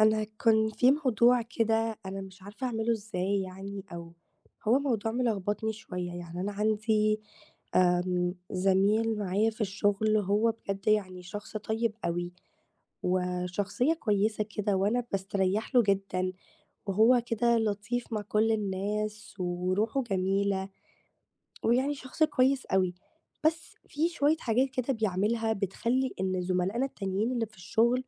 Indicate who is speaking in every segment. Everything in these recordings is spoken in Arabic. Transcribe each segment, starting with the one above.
Speaker 1: أنا كان في موضوع كده أنا مش عارفة أعمله إزاي يعني أو هو موضوع ملخبطني شوية يعني أنا عندي زميل معايا في الشغل هو بجد يعني شخص طيب أوي، وشخصية كويسة كده وأنا باستريّح له جدًا، وهو كده لطيف مع كل الناس وروحه جميلة، ويعني شخص كويس أوي، بس في شوية حاجات كده بيعملها بتخلّي إن زملائنا التانيين اللي في الشغل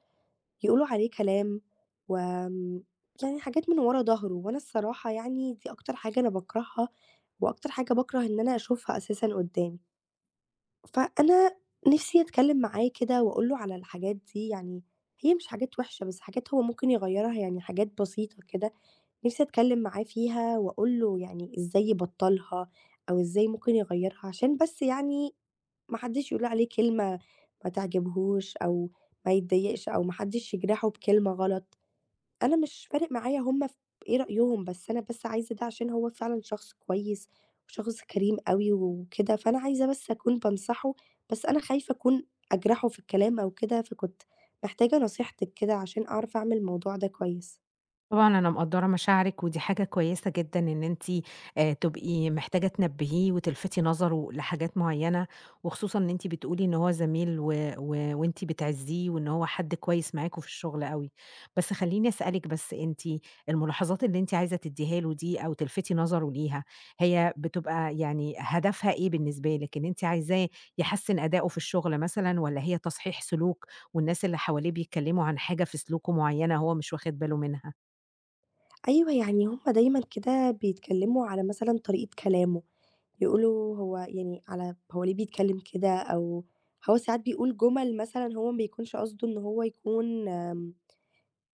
Speaker 1: يقولوا عليه كلام، وآمم يعني حاجات من ورا ضهره، وأنا الصراحة يعني دي أكتر حاجة أنا باكرهها، وأكتر حاجة باكره إن أنا أشوفها أساسًا قدّامي. فأنا نفسي أتكلّم معاه كده وأقول له على الحاجات دي، يعني هي مش حاجات وحشة، بس حاجات هو ممكن يغيّرها، يعني حاجات بسيطة كده، نفسي أتكلّم معاه فيها وأقول له يعني إزاي يبطّلها أو إزاي ممكن يغيّرها، عشان بس يعني ما حدّش يقول عليه كلمة ما تعجبهوش أو ما يتضايقش أو ما حدّش يجرحه بكلمة غلط. أنا مش فارق معايا هُم ف إيه رأيهم، بس أنا بس عايزة ده عشان هو فعلًا شخص كويس وشخص كريم أوي وكده، فأنا عايزة بس أكون بانصحه، بس أنا خايفة أكون أجرحه في الكلام أو كده، فكنت محتاجة نصيحتِك كده عشان أعرف أعمل الموضوع ده كويس.
Speaker 2: طبعًا أنا مقدّرة مشاعرِك، ودي حاجة كويسة جدًا إن أنتِ تبقي محتاجة تنبّهيه وتلفتي نظره لحاجات معيّنة، وخصوصًا إن أنتِ بتقولي إن هو زميل و و وأنتِ بتعزّيه وإن هو حد كويس معاكم في الشغل أوي. بس خلّيني أسألِك بس أنتِ، الملاحظات اللي أنتِ عايزة تدّيها له دي أو تلفتي نظره ليها، هي بتبقى يعني هدفها إيه بالنسبة لِك؟ إن أنتِ عايزاه يحسّن أداؤه في الشغل مثلًا والّا هي تصحيح سلوك والناس اللي حواليه بيتكلّموا عن حاجة في سلوكه معيّنة هو مش واخد باله منها؟
Speaker 1: أيوه، يعني هُم دايمًا كده بيتكلموا على مثلًا طريقة كلامه، يقولوا هو يعني على هو ليه بيتكلم كده، أو هو ساعات بيقول جُمل مثلًا هو ما بيكونش قصده إن هو يكون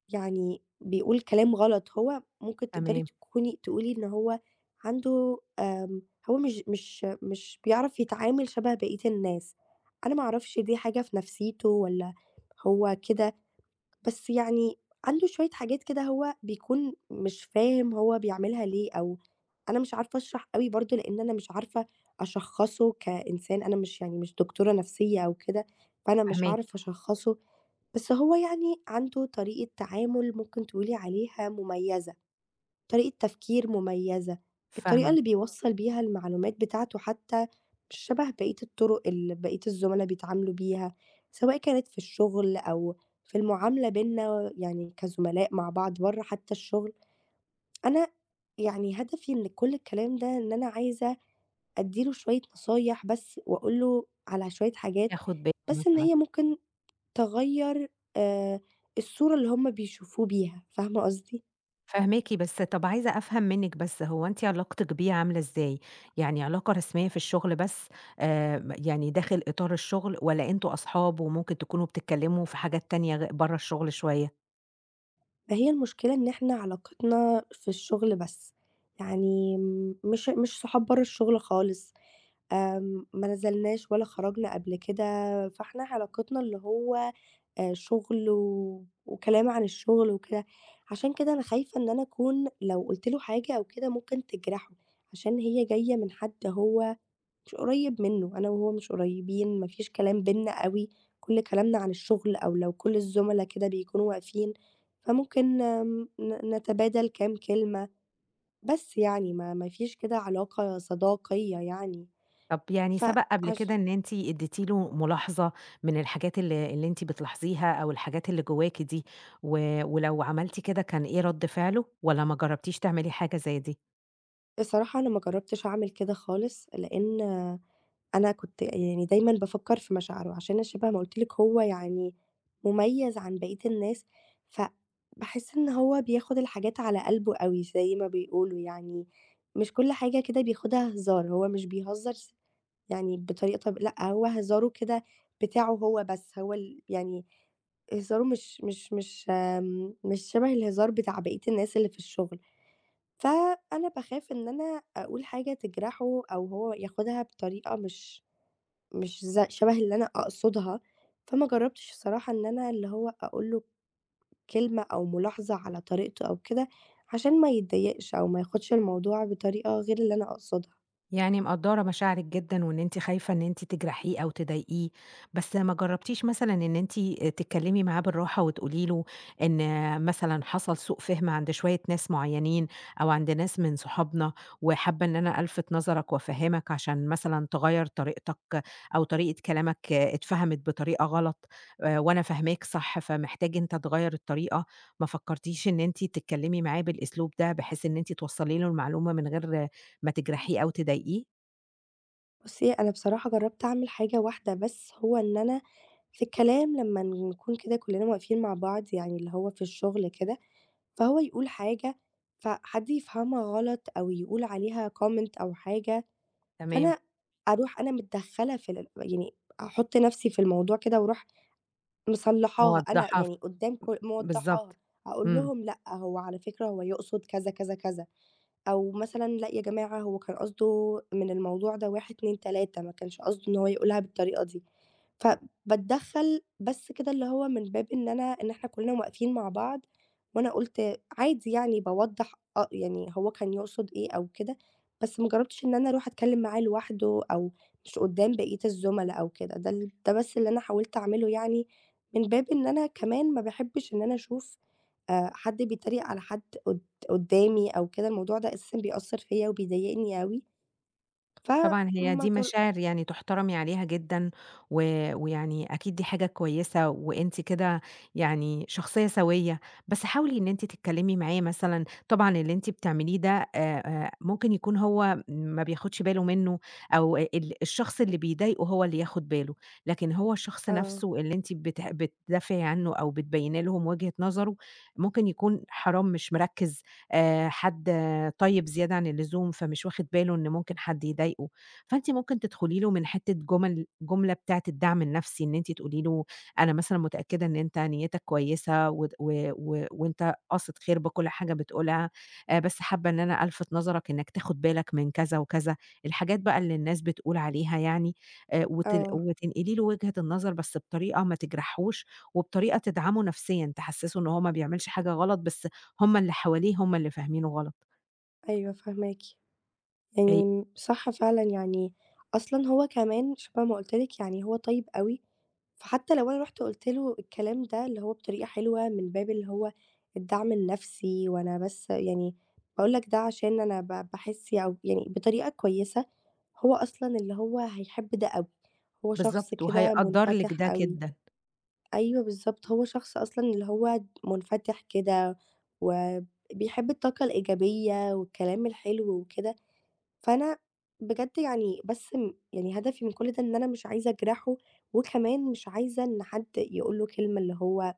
Speaker 1: يعني بيقول كلام غلط، هو ممكن تقدري
Speaker 2: تمام،
Speaker 1: تكوني تقولي إن هو عنده هو مش بيعرف يتعامل شبه بقية الناس، أنا ما أعرفش دي حاجة في نفسيته والّا هو كده، بس يعني عنده شوية حاجات كده هو بيكون مش فاهم هو بيعملها ليه، أو أنا مش عارفة أشرح أوي برضه لإن أنا مش عارفة أشخّصه كإنسان، أنا مش يعني مش دكتورة نفسية أو كده، فأنا مش
Speaker 2: فاهماكِ،
Speaker 1: هاعرف أشخّصه بس هو يعني عنده طريقة تعامل ممكن تقولي عليها مميزة، طريقة تفكير مميزة، الطريقة
Speaker 2: فاهمة،
Speaker 1: اللي بيوصّل بيها المعلومات بتاعته حتى مش شبه بقية الطرق اللي بقية الزملا بيتعاملوا بيها، سواء كانت في الشغل أو في المعاملة بيننا يعني كزملاء مع بعض برّه حتى الشغل، أنا يعني هدفي من كل الكلام ده إن أنا عايزة أدّي له شوية نصايح بس وأقول له على شوية حاجات،
Speaker 2: ياخد باله
Speaker 1: بس إن
Speaker 2: مثلًا،
Speaker 1: هي ممكن تغيّر آآ الصورة اللي هُم بيشوفوه بيها، فاهمة قصدي؟
Speaker 2: فاهماكِ، بس طَب عايزة أفهم منِّك بس، هو أنتِ علاقتِك بيه عاملة إزاي؟ يعني علاقة رسمية في الشغل بس، م يعني داخل إطار الشغل، والّا أنتم أصحاب وممكن تكونوا بتتكلموا في حاجات تانية غ برّه الشغل شوية؟
Speaker 1: فهي المشكلة إن إحنا علاقتنا في الشغل بس، يعني م مش مش صحاب برّه الشغل خالص، ما نزلناش ولا خرجنا قبل كده، فإحنا علاقتنا اللي هو شغل و وكلام عن الشغل وكده، عشان كده أنا خايفة إن أنا أكون لو قُلت له حاجة أو كده ممكن تجرحه، عشان هي جاية من حد هو مش قريب منّه، أنا وهو مش قريبين، ما فيش كلام بيننا أوي، كل كلامنا عن الشغل أو لو كل الزملا كده بيكونوا واقفين، فممكن نتبادل كام كلمة، بس يعني ما فيش كده علاقة صداقية يعني.
Speaker 2: طَب يعني سبق قبل كده
Speaker 1: فعش
Speaker 2: إن أنتِ اديتِ له ملاحظة من الحاجات اللي أنتِ بتلاحظيها أو الحاجات اللي جواكِ دي، و ولو عملتِ كده كان إيه رَد فعله، والّا ما جربتيش تعملي حاجة زي دي؟
Speaker 1: بصراحة أنا ما جرّبتش أعمل كده خالص، لإن أنا كنت يعني دايمًا بافكّر في مشاعره، عشان شبه ما قُلت لِك هو يعني مُميّز عن بقية الناس، فباحس إن هو بياخد الحاجات على قلبه أوي زي ما بيقولوا يعني، مش كل حاجة كده بياخدها هزار، هو مش بيهزّر س يعني بطريقة طب، لأ، هو هزاره كده بتاعه هو بس، هو ال يعني هزاره مش مش شبه الهزار بتاع بقية الناس اللي في الشغل، فأنا باخاف إن أنا أقول حاجة تجرحه أو هو ياخدها بطريقة مش شبه اللي أنا أقصدها، فما جرّبتش الصراحة إن أنا اللي هو أقول له كلمة أو ملاحظة على طريقته أو كده، عشان ما يتضايقش أو ما ياخدش الموضوع بطريقة غير اللي أنا أقصدها.
Speaker 2: يعني مقدّرة مشاعرِك جدًا، وإن أنتِ خايفة إن أنتِ تجرحيه أو تضايقيه، بس ما جرّبتيش مثلًا إن أنتِ تتكلّمي معاه بالراحة وتقولي له إن مثلًا حصل سوء فِهم عند شوية ناس معيّنين أو عند ناس من صحابنا، وحابة إن أنا ألفِت نظرك وأفهّمك عشان مثلًا تغيّر طريقتك أو طريقة كلامك اتفهمت بطريقة غلط، وأنا فاهماك صح، فمحتاج أنت تغيّر الطريقة، ما فكّرتيش إن أنتِ تتكلّمي معاه بالأسلوب ده بحيث إن أنتِ توصّلي له المعلومة من غير ما تجرحيه أو تضايقيه،
Speaker 1: بُصّي، أنا بصراحة جرّبت أعمل حاجة واحدة بس، هو إن أنا في الكلام لمّا نكون كده كلّنا واقفين مع بعض يعني اللي هو في الشغل كده، فهو يقول حاجة، فحد يفهمها غلط أو يقول عليها comment أو حاجة،
Speaker 2: تمام،
Speaker 1: فأنا أروح أنا متدخّلة في ال يعني أحُط نَفْسي في الموضوع كده وأروح مصلّحاها أنا،
Speaker 2: موضّحة ف،
Speaker 1: يعني قدّام ك موضّحاها،
Speaker 2: بالضبط،
Speaker 1: هاقول
Speaker 2: إمم،
Speaker 1: لهم لأ، هو على فكرة هو يقصد كذا، كذا، كذا. أو مثلًا لأ يا جماعة هو كان قصده من الموضوع ده 1، 2، 3 ما كانش قصده إن هو يقولها بالطريقة دي. فباتدخّل بس كده اللي هو من باب إن أنا إن إحنا كلنا واقفين مع بعض، وأنا قُلت عادي يعني باوضّح أ يعني هو كان يقصد إيه أو كده، بس ما جرّبتش إن أنا أروح أتكلّم معاه لوحده أو مش قدّام بقية الزملا أو كده، ده ده بس اللي أنا حاولت أعمله يعني من باب إن أنا كمان ما باحبّش إن أنا أشوف حد بيتريق على حد قدّامي أو كده، الموضوع ده أساسًا بيأثّر فيّا وبيضايقني أوي،
Speaker 2: طبعًا هي
Speaker 1: فما
Speaker 2: دي
Speaker 1: جر
Speaker 2: مشاعر يعني تُحترمي عليها جدًا، و ويعني أكيد دي حاجة كويسة، وأنتِ كده يعني شخصية سوية، بس حاولي إن أنتِ تتكلمي معاه مثلًا، طبعًا اللي أنتِ بتعمليه ده، ممكن يكون هو ما بياخدش باله منه، أو الشخص اللي بيضايقه هو اللي ياخد باله، لكن هو الشخص
Speaker 1: آه،
Speaker 2: نفسه اللي أنتِ بتدافعي عنه أو بتبيّني لهم وجهة نظره، ممكن يكون حرام مش مركّز، حد آه، طيب زيادة عن اللزوم، فمش واخد باله إن ممكن حد يضايقه. فأنتِ ممكن تدخلي له من حتّة جملة بتاعة الدعم النفسي، إن أنتِ تقولي له أنا مثلًا متأكدة إن أنت نيّتك كويسة ود و و وأنت قاصد خير بكل حاجة بتقولها، بس حابة إن أنا ألفت نظرك إنّك تاخد بالك من كذا وكذا، الحاجات بقى اللي الناس بتقول عليها يعني، وت
Speaker 1: آه،
Speaker 2: وتنقلي له وجهة النظر بس بطريقة ما تجرحهوش، وبطريقة تدعمه نفسيًا، تحسّسه إن هو ما بيعملش حاجة غلط، بس هم اللي حواليه هم اللي فاهمينه غلط.
Speaker 1: أيوه فاهماكِ،
Speaker 2: أي
Speaker 1: يعني صح فعلًا يعني أصلًا هو كمان شبه ما قُلت لِك يعني هو طيب أوي، فحتى لو أنا رُحت قُلت له الكلام ده اللي هو بطريقة حلوة من باب اللي هو الدعم النفسي، وأنا بس يعني باقول لك ده عشان أنا باحس أو يعني بطريقة كويسة، هو أصلًا اللي هو هيحب ده أوي، هو شخص
Speaker 2: بالضبط،
Speaker 1: كده
Speaker 2: وهيقدّر لِك
Speaker 1: منفتح
Speaker 2: ده
Speaker 1: أوي.
Speaker 2: جدًا.
Speaker 1: أيوه بالضبط، هو شخص أصلًا اللي هو منفتح كده، وبيحب الطاقة الإيجابية والكلام الحلو وكده، فأنا بجد يعني بس م يعني هدفي من كل ده إن أنا مش عايزة أجرحه، وكمان مش عايزة إن حد يقول له كلمة اللي هو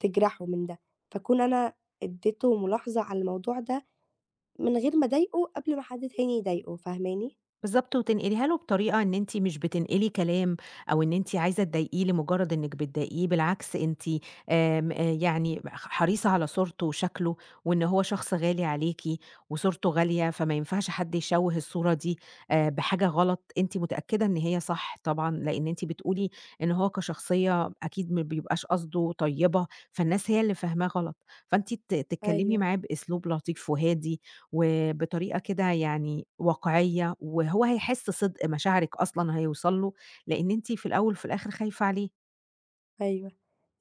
Speaker 1: تجرحه من ده، فأكون أنا اديته ملاحظة على الموضوع ده من غير ما أضايقه قبل ما حد تاني يضايقه، فاهماني؟
Speaker 2: بالضبط، وتنقليها له بطريقة إن أنتِ مش بتنقلي كلام، أو إن أنتِ عايزة تضايقيه لمجرد إنِّك بتضايقيه، بالعكس أنتِ آمم، يعني ح حريصة على صورته وشكله، وإن هو شخص غالي عليكِ، وصورته غالية، فما ينفعش حد يشوه الصورة دي بحاجة غلط، أنتِ متأكدة إن هي صح طبعًا، لإن أنتِ بتقولي إن هو كشخصية أكيد ما بيبقاش قصده طيبة، فالناس هي اللي فاهماه غلط، فأنتِ ت تتكلمي
Speaker 1: أيوه.
Speaker 2: معاه بأسلوب لطيف وهادي، وبطريقة كده يعني واقعية، وهو هيحس صدق مشاعرِك أصلًا هيوصل له، لإن أنتِ في الأول وفي الآخر خايفة عليه.
Speaker 1: أيوه.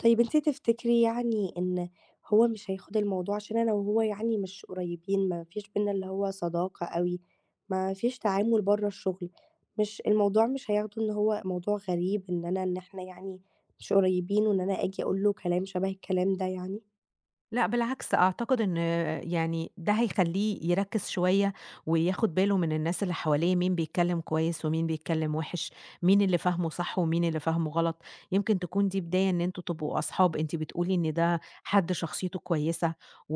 Speaker 1: طيب أنتِ تفتكري يعني إن هو مش هياخد الموضوع عشان أنا وهو يعني مش قريبين، ما فيش بيننا اللي هو صداقة أوي، ما فيش تعامل برّه الشغل، مش الموضوع مش هياخده إن هو موضوع غريب إن أنا إن إحنا يعني مش قريبين وإن أنا آجي أقول له كلام شبه الكلام ده يعني؟
Speaker 2: لأ بالعكس، أعتقد إن يعني ده هيخلّيه يركّز شوية، وياخد باله من الناس اللي حواليه مين بيتكلّم كويس ومين بيتكلّم وِحِش، مين اللي فاهمه صح ومين اللي فاهمه غلط، يمكن تكون دي بداية إن أنتم تبقوا أصحاب، أنتِ بتقولي إن ده حد شخصيته كويسة، و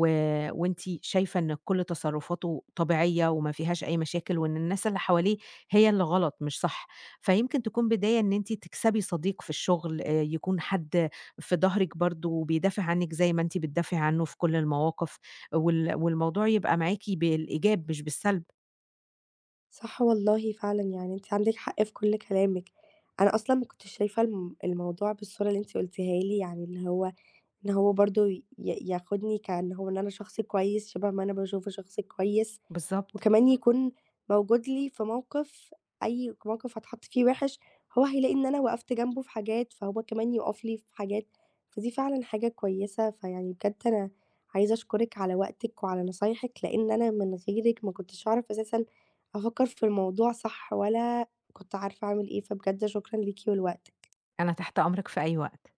Speaker 2: وأنتِ شايفة إن كلّ تصرفاته طبيعية وما فيهاش أي مشاكل، وإن الناس اللي حواليه هي اللي غلط مش صح، فيمكن تكون بداية إن أنتِ تكسبي صديق في الشغل، يكون حد في ضهرِك برضه وبيدافع عنِّك زي ما أنتِ بتدافعي عنه في كل المواقف، والموضوع يبقى معاكِ بالإيجاب مش بالسلب.
Speaker 1: صح والله فعلًا، يعني أنتِ عندِك حق في كل كلامِك. أنا أصلًا ما كنتش شايفة الموضوع بالصورة اللي أنتِ قُلتيها لي، يعني اللي هو إن هو برضه ياخدني كإن هو إن أنا شخص كويس شبه ما أنا باشوفه شخص كويس،
Speaker 2: بالضبط،
Speaker 1: وكمان يكون موجود لي في موقف أي موقف هاتحط فيه وِحِش، هو هيلاقي إن أنا وقفت جنبه في حاجات، فهو كمان يُقف لي في حاجات، فدي فعلًا حاجة كويسة. فيعني بجد أنا عايزة أشكرِك على وقتِك وعلى نصايحِك، لإن أنا من غيرِك ما كنتش هاعرف أساسًا أفكّر في الموضوع صح، ولا كنت عارفة أعمل إيه، فبجد شكرًا ليكِ ولوقتِك.
Speaker 2: أنا تحت أمرِك في أي وقت.